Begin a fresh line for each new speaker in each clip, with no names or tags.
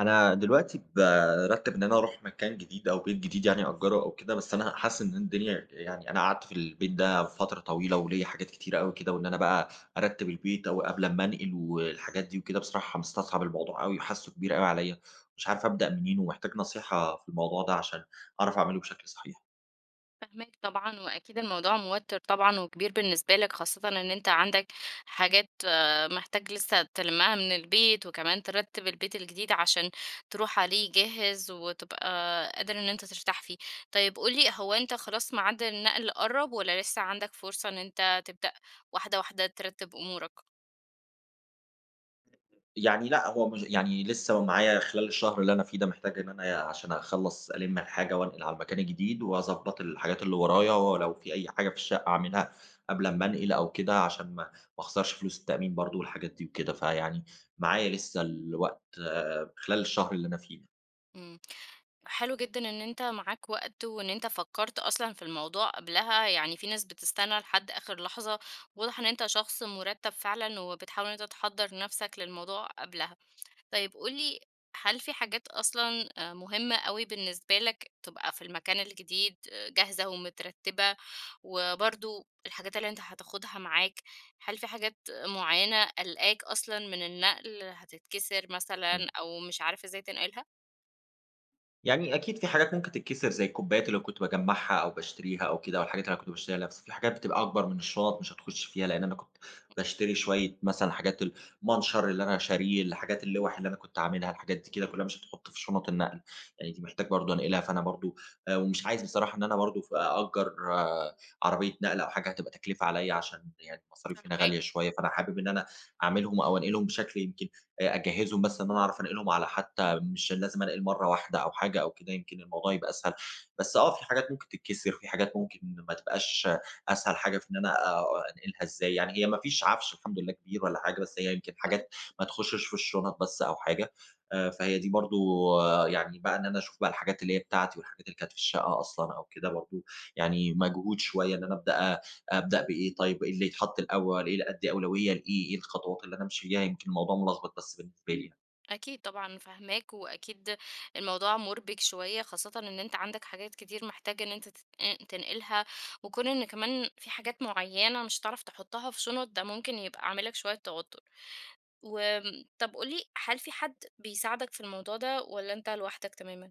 أنا دلوقتي بارتّب إن أنا أروح مكان جديد أو بيت جديد يعني أأجّره أو كده، بس أنا حاسس إن الدنيا يعني أنا قعدت في البيت ده فترة طويلة وليّا حاجات كتيرة أوي كده، وإن أنا بقى أرتّب البيت أو قبل أمّا أنقل والحاجات دي وكده. بصراحة مستصعب الموضوع أوي وحاسّه كبير أوي عليّا، مش عارف أبدأ منين ومحتاج نصيحة في الموضوع ده عشان أعرف أعمله بشكل صحيح.
فاهماك طبعًا، وأكيد الموضوع موتِّر طبعًا وكبير بالنسبة لك، خاصةً إن أنت عندك حاجات محتاج لسه تلمّها من البيت، وكمان ترتِّب البيت الجديد عشان تروح عليه جاهز وتبقى قادر إن أنت ترتاح فيه. طيب قُل لي، هو أنت خلاص ميعاد النقل قرّب والّا لسه عندك فرصة إن أنت تبدأ واحدة، واحدة ترتِّب أمورك؟
يعني لأ، هو مش يعني لسه معايا خلال الشهر اللي أنا فيه ده، محتاج إن أنا عشان أخلّص ألِم الحاجة وأنقل على المكان الجديد وأضبّط الحاجات اللي ورايا، ولو في أي حاجة في الشقة أعملها قبل أمّا أنقل أو كده عشان ما أخسرش فلوس التأمين برضه والحاجات دي وكده. فيعني معايا لسه الوقت خلال الشهر اللي أنا فيه ده.
إمم. حلو جدًا إن أنت معاك وقت وإن أنت فكّرت أصلًا في الموضوع قبلها، يعني في ناس بتستنى لحد آخر لحظة، واضح إن أنت شخص مُرتّب فعلًا وبتحاول إن أنت تحضّر نَفْسك للموضوع قبلها. طيب قُل لي، هل في حاجات أصلًا مهمة أوي بالنسبة لك تبقى في المكان الجديد جاهزة ومترتّبة، وبرضه الحاجات اللي أنت هتاخُدها معاك، هل في حاجات معيّنة قالقاك أصلًا من النقل هتتكسر
إمم.
مثلًا أو مش عارف إزاي تنقلها؟
يعني أكيد في حاجات ممكن تتكسر زي الكوبايات اللي كنت باجمّعها أو باشتريها أو كده، أو الحاجات اللي أنا كنت باشتريها لنفسي. في حاجات بتبقى أكبر من الشنط مش هتخُش فيها، لإن أنا كنت باشتري شوية مثلًا حاجات المنشر اللي أنا شاريه، الحاجات اللوَح اللي أنا كنت عاملها، الحاجات دي كده كلّها مش هتتحط في شنط النقل، يعني دي محتاج برضه أنقلها. فأنا برضه ومش عايز بصراحة إن أنا برضه أأجّر عربية نقل أو حاجة هتبقى تكلفة عليّا، عشان يعني المصاريف هنا
فاهماك.
غالية شوية. فأنا حابب إن أنا أعملهم أو أنقلهم بشكل يمكن أجهّزهم، بس إن أنا أعرف أنقلهم على حتّى مش لازم أنقل مرّة واحدة أو حاجة أو كده، يمكن الموضوع يبقى أسهل. بس في حاجات ممكن تتكسر، في حاجات ممكن ما تبقاش أسهل حاجة في إن أنا أنقلها إزاي. يعني هي ما فيش عَفش الحمد لله كبير ولا حاجة، بس هي يمكن حاجات
كويس.
ما تخشش في الشنط بس أو حاجة. فهي دي برضه يعني بقى إن أنا أشوف بقى الحاجات اللي هي بتاعتي والحاجات اللي كانت في الشقة أصلًا أو كده، برضه يعني مجهود شوية إن أنا أبدأ بإيه طيب، إيه اللي يتحط الأول، إيه اللي أدّي أولوية لإيه، إيه الخطوات اللي أنا أمشي فيها، يمكن الموضوع ملخبط بس بالنسبة لي يعني.
أكيد طبعًا فاهماك، وأكيد الموضوع مُربِك شوية، خاصةً إن أنت عندك حاجات كتير محتاج إن أنت تنقلها، وكون إن كمان في حاجات معيّنة مش هتعرف تحطها في شنط، ده ممكن يبقى عامل لك شوية توتر. وآمم، طب قُل لي، هل في حد بيساعدك في الموضوع ده والّا أنت لوحدك تمامًا؟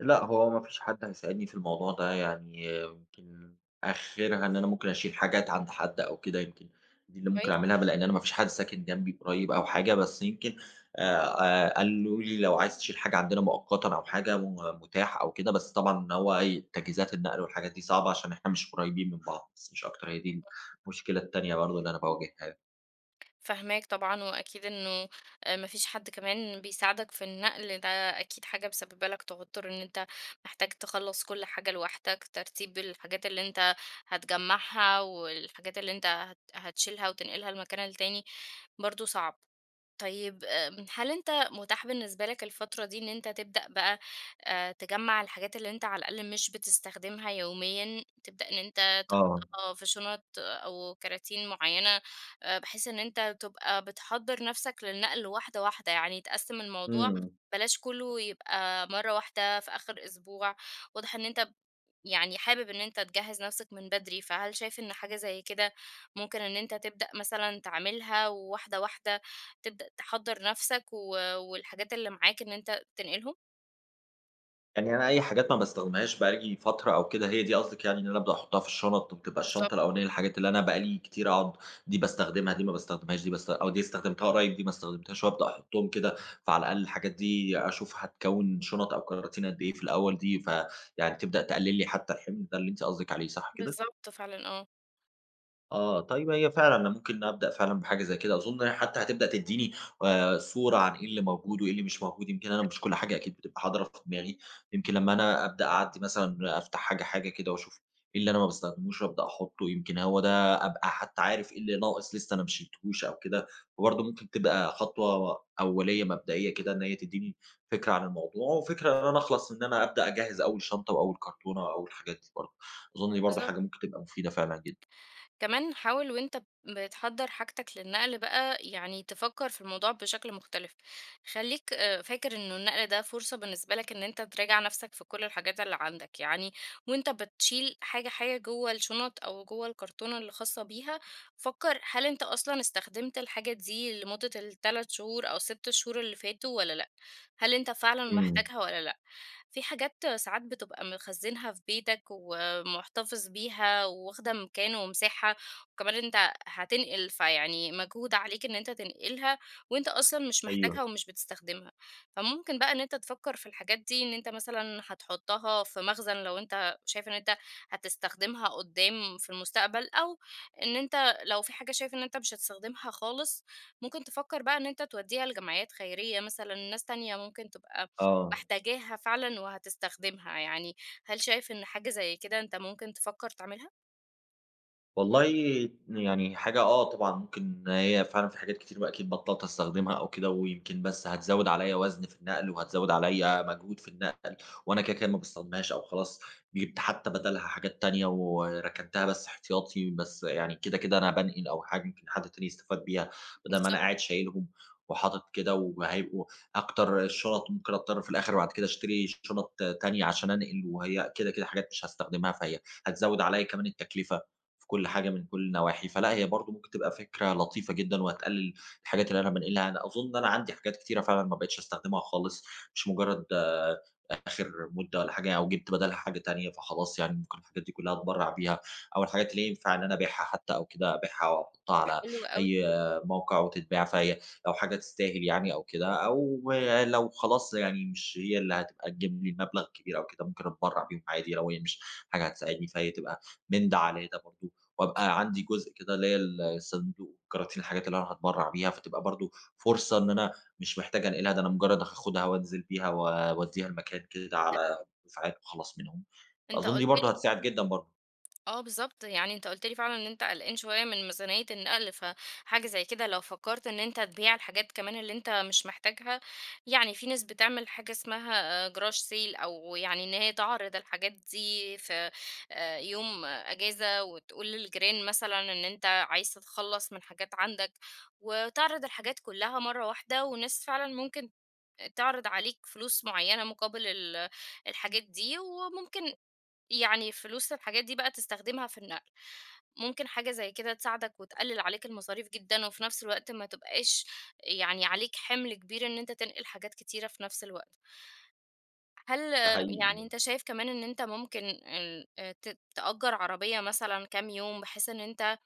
لأ، هو ما فيش حد هيساعدني في الموضوع ده يعني يمكن آخرها إن أنا ممكن أشيل حاجات عند حد أو كده يمكن، دي اللي ممكن
كويس.
أعملها لإن أنا ما فيش حد ساكن جنبي قريب أو حاجة، بس يمكن آآ قالوا لي لو عايز تشيل حاجة عندنا مؤقتًا أو حاجة متاح أو كده. بس طبعًا إن هو تجهيزات النقل والحاجات دي صعبة عشان إحنا مش قريبين من بعض، بس مش أكتر. هي دي المشكلة التانية برضه اللي أنا باواجهها.
فاهماك طبعًا، وأكيد إنه ما فيش حد كمان بيساعدك في النقل، ده أكيد حاجة مسببة لك توتر إن أنت محتاج تخلّص كل حاجة لوحدك، ترتيب الحاجات اللي أنت هتجمّعها والحاجات اللي أنت هتشيلها وتنقلها المكان التاني برضه صعب. طيب هل أنت متاح بالنسبة لك الفترة دي إن أنت تبدأ بقى تجمّع الحاجات اللي أنت على الأقل مش بتستخدمها يوميًا، تبدأ إن أنت
آه.
تحطها في شنط أو كراتين معيّنة، بحيث إن أنت تبقى بتحضّر نفسك للنقل واحدة، واحدة، يعني تقسّم الموضوع
إمم.
بلاش كلّه يبقى مرّة واحدة في آخر أسبوع، واضح إن أنت يعني حابب إن أنت تجهّز نَفْسك من بدري، فهل شايف إن حاجة زي كده ممكن إن أنت تبدأ مثلًا تعملها وواحدة، واحدة تبدأ تحضّر نَفْسك و والحاجات اللي معاك إن أنت تنقلهم؟
يعني أنا أي حاجات ما باستخدمهاش بقى لي فترة أو كده، هي دي قصدِك يعني إن أنا أبدأ أحُطّها في الشنط، وبتبقى
بالضبط،
الشنطة الأولانية الحاجات اللي أنا بقى لي كتير أقعد دي باستخدمها، دي ما باستخدمهاش، دي باست أو دي استخدمتها قريب، دي ما استخدمتهاش وأبدأ أحُطّهم كده. فعلى الأقل الحاجات دي أشوف هتكوِّن شنط أو كراتين قد إيه في الأول دي، فيعني تبدأ تقلِّل لي حتى الحِمل ده اللي أنتِ قصدِك عليه، صح كده؟
بالضبط. بالضبط فعلًا، آه.
آه، طيب هي فعلًا أنا ممكن أبدأ فعلًا بحاجة زي كده. أظن هي حتى هتبدأ تدّيني صورة عن إيه اللي موجود وإيه اللي مش موجود، يمكن أنا مش كل حاجة أكيد بتبقى حاضرة في دماغي. يمكن لمّا أنا أبدأ أعدّي مثلًا أفتح حاجة، حاجة كده وأشوف إيه اللي أنا ما باستخدموش وأبدأ أحطّه، يمكن هو ده أبقى حتى عارف إيه اللي ناقص لسه أنا ما شيلتهوش أو كده. وبرضه ممكن تبقى خطوة أولية مبدئية كده إن هي تدّيني فكرة عن الموضوع، وفكرة إن أنا أخلص إن أنا أبدأ أجهّز أول شنطة وأول كرتونة وأول الحاجات دي برضه. أظن دي برضه
بالظبط.
حاجة ممكن تبقى مفيدة فعلًا جدًا.
كمان حاول وانت بتحضر حاجتك للنقل بقى، يعني تفكر في الموضوع بشكل مختلف. خليك فاكر انه النقل ده فرصة بالنسبة لك ان انت تراجع نفسك في كل الحاجات اللي عندك، يعني وانت بتشيل حاجة حاجة جوه الشنط او جوه الكرتونة اللي خاصة بيها، فكر هل انت اصلا استخدمت الحاجة دي لمدة الثلاث شهور او ست شهور اللي فاتوا ولا لا، هل انت فعلا
إمم.
محتاجها ولا لا؟ في حاجات ساعات بتبقى مخزنها في بيتك، محتفظ بيها واخدة مكان ومساحة، وكمان انت هتنقل فيعني مجهود عليك ان انت تنقلها وانت اصلا مش
أيوه.
محتاجها ومش بتستخدمها. فممكن بقى ان انت تفكر في الحاجات دي ان انت مثلا هتحطها في مخزن لو انت شايف ان انت هتستخدمها قدام في المستقبل، او ان انت لو في حاجة شايف ان انت مش هتستخدمها خالص، ممكن تفكر بقى ان انت توديها لجمعيات خيرية مثلا، ناس تانية ممكن تبقى
آه.
محتاجاها فعلا وهتستخدمها، يعني هل شايف إن حاجة زي كده أنت ممكن تفكّر تعملها؟
والله يعني حاجة طبعًا ممكن، هي فعلًا في حاجات كتير بقى أكيد بطّلت أستخدمها أو كده، ويمكن بس هتزوّد عليَّ وزن في النقل، وهتزوّد عليَّ مجهود في النقل. وأنا كده، كده ما باستخدمهاش، أو خلاص جِبت حتى بدالها حاجات تانية وركنتها بس احتياطي. بس يعني كده، كده أنا بانقل أو حاجة يمكن حد تاني يستفاد بيها، بدل ما أنا
بالضبط،
قاعد شايلهم وحاطط كده. وهيبقوا أكتر الشُنط ممكن أضطر في الآخر بعد كده أشتري شُنط تانية عشان أنقل، وهي كده، كده حاجات مش هاستخدمها، فهي هتزوّد عليَّ كمان التكلفة في كل حاجة من كل النواحي. فلأ هي برضه ممكن تبقى فكرة لطيفة جدًا وهتقلل الحاجات اللي أنا بانقلها. أنا أظن إن أنا عندي حاجات كتيرة فعلًا ما بقيتش أستخدمها خالص، مش مجرد آخر مدة والّا حاجة أو جبت بدالها حاجة تانية. فخلاص يعني ممكن الحاجات دي كلها أتبرّع بيها، أو الحاجات اللي ينفع إن أنا أبيعها حتى أو كده أبيعها أو أحطها على
حلو أوي.
أي موقع وتتباع. فهي لو حاجة تستاهل يعني أو كده، أو لو خلاص يعني مش هي اللي هتبقى تجيب لي المبلغ الكبير أو كده، ممكن أتبرّع بيهم عادي لو هي مش حاجة هتساعدني. فهي تبقى من ده على ده برضه، وأبقى عندي جزء كده ليّا الصندوق كراتين الحاجات اللي أنا هاتبرّع بيها، فتبقى برضه فرصة إن أنا مش محتاج أنقلها. ده أنا مجرّد هاخدها وأنزل بيها واودّيها لمكان كده
أنت
على دفعات وأخلّص منهم.
أنت
أظن دي
قُلت
برضه
لي
هتساعد
فعلًا.
جدًا برضه،
آه بالضبط، يعني أنت قُلت لي فعلًا إن أنت قلقان شوية من ميزانية النقل، فحاجة زي كده لو فكّرت إن أنت تبيع الحاجات كمان اللي أنت مش محتاجها، يعني في ناس بتعمل حاجة اسمها garage sale، أو يعني إن هي تعرض الحاجات دي في يوم أجازة، وتقول للجيران مثلًا إن أنت عايز تتخلّص من حاجات عندك، وتعرض الحاجات كلّها مرّة واحدة، وناس فعلًا ممكن تعرض عليك فلوس معينة مقابل الحاجات دي، وممكن يعني فلوس الحاجات دي بقى تستخدمها في النقل. ممكن حاجة زي كده تساعدك وتقلل عليك المصاريف جدا، وفي نفس الوقت ما تبقاش يعني عليك حمل كبير ان انت تنقل حاجات كتيرة في نفس الوقت. هل
ده
يعني
حقيقي.
انت شايف كمان ان انت ممكن تأجر عربية مثلا كام يوم بحيث ان انت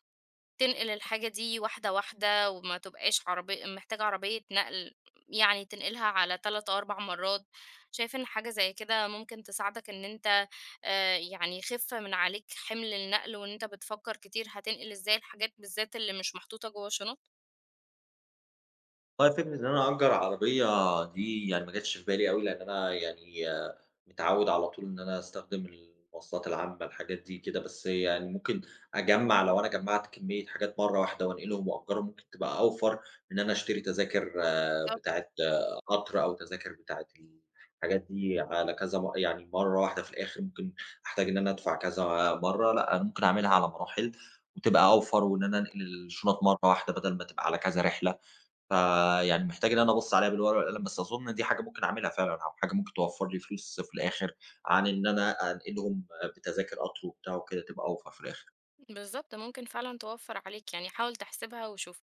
تنقل الحاجة دي واحدة واحدة وما تبقاش محتاجة عربية نقل، يعني تنقلها على 3 أو 4 مرات، شايف إن حاجة زي كده ممكن تساعدك إن أنت يعني يخف من عليك حمل النقل وإن أنت بتفكر كتير هتنقل إزاي الحاجات بالذات اللي مش محطوطة جوه شنط؟
والله فكرة إن أنا أأجّر عربية دي يعني ما جاتش في بالي أوي، لإن أنا يعني متعوّد على طول إن أنا أستخدم المواصلات العامة، الحاجات دي كده. بس يعني ممكن أجمّع، لو أنا جمّعت كمية حاجات مرّة واحدة وأنقلهم وأأجّرهم ممكن تبقى أوفر من إن أنا أشتري تذاكر
بالضبط.
بتاعة قطر أو تذاكر بتاعة الحاجات دي على كذا يعني مرّة واحدة. في الآخر ممكن أحتاج إن أنا أدفع كذا مرّة، لأ، أنا ممكن أعملها على مراحل وتبقى أوفر، وإن أنا أنقل الشنط مرّة واحدة بدل ما تبقى على كذا رحلة. فيعني محتاج إن أنا أبُص عليها بالورقة والقلم، بس أظُن دي حاجة ممكن أعملها فعلًا، أو حاجة ممكن توفّر لي فلوس في الآخر، عن إن أنا أنقلهم بتذاكر قطر وبتاع وكده، تبقى أوفر في الآخر.
بالضبط، ممكن فعلًا توفر عليك، يعني حاول تحسبها وشوف.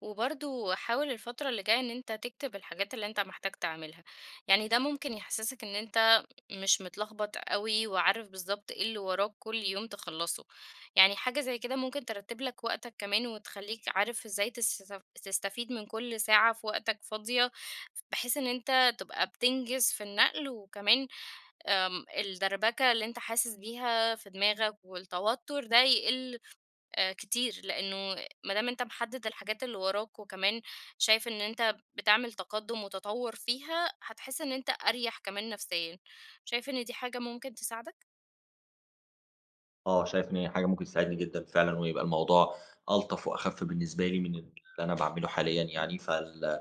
وبرضه حاول الفترة اللي جاية إن أنت تكتب الحاجات اللي أنت محتاج تعملها، يعني ده ممكن يحسسك إن أنت مش متلخبط أوي وعارف بالضبط إيه اللي وراك كل يوم تخلصه، يعني حاجة زي كده ممكن ترتب لك وقتك كمان وتخليك عارف إزاي تستفيد من كل ساعة في وقتك فاضية، بحيث إن أنت تبقى بتنجز في النقل وكمان الدربكة اللي أنت حاسس بيها في دماغك والتوتر ده يقل كتير، لإنه ما دام أنت محدد الحاجات اللي وراك، وكمان شايف إن أنت بتعمل تقدُّم وتطوُّر فيها، هتحس إن أنت أريح كمان نفسيًا. شايف إن دي حاجة ممكن تساعدك؟
آه، شايف إن هي حاجة ممكن تساعدني جدًا فعلًا، ويبقى الموضوع ألطف وأخف بالنسبة لي من اللي أنا باعمله حاليًا يعني.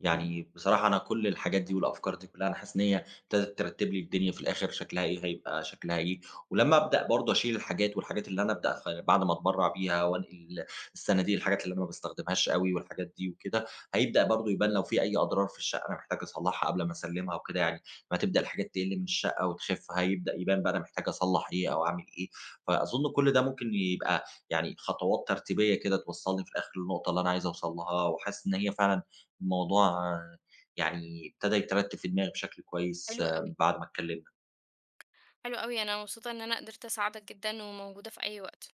يعني بصراحة أنا كل الحاجات دي والأفكار دي كلها، أنا حاسس إن هي ابتدت ترتب لي الدنيا، في الآخر شكلها إيه هيبقى شكلها إيه. ولما أبدأ برضه أشيل الحاجات والحاجات اللي أنا أبدأ بعد ما أتبرع بيها وأنقل الصناديق، الحاجات اللي أنا ما بستخدمهاش قوي والحاجات دي وكده، هيبدأ برضه يبان لو في أي أضرار في الشقة أنا محتاج أصلحها قبل ما أسلمها وكده. يعني ما تبدأ الحاجات تقل من الشقة وتخف هيبدأ يبان بقى أنا محتاج أصلح إيه أو أعمل إيه. فأظن كل ده ممكن يبقى يعني خطوات ترتيبية كده توصلني في الآخر للنقطة اللي أنا عايز أوصل لها، وحاسس إن هي فعلا الموضوع يعني ابتدى يترتب في دماغي بشكل كويس
حلو أوي،
بعد ما اتكلمنا.
حلو أوي، أنا مبسوطة إن أنا قدرت أساعدك جدًا، وموجودة في أي وقت.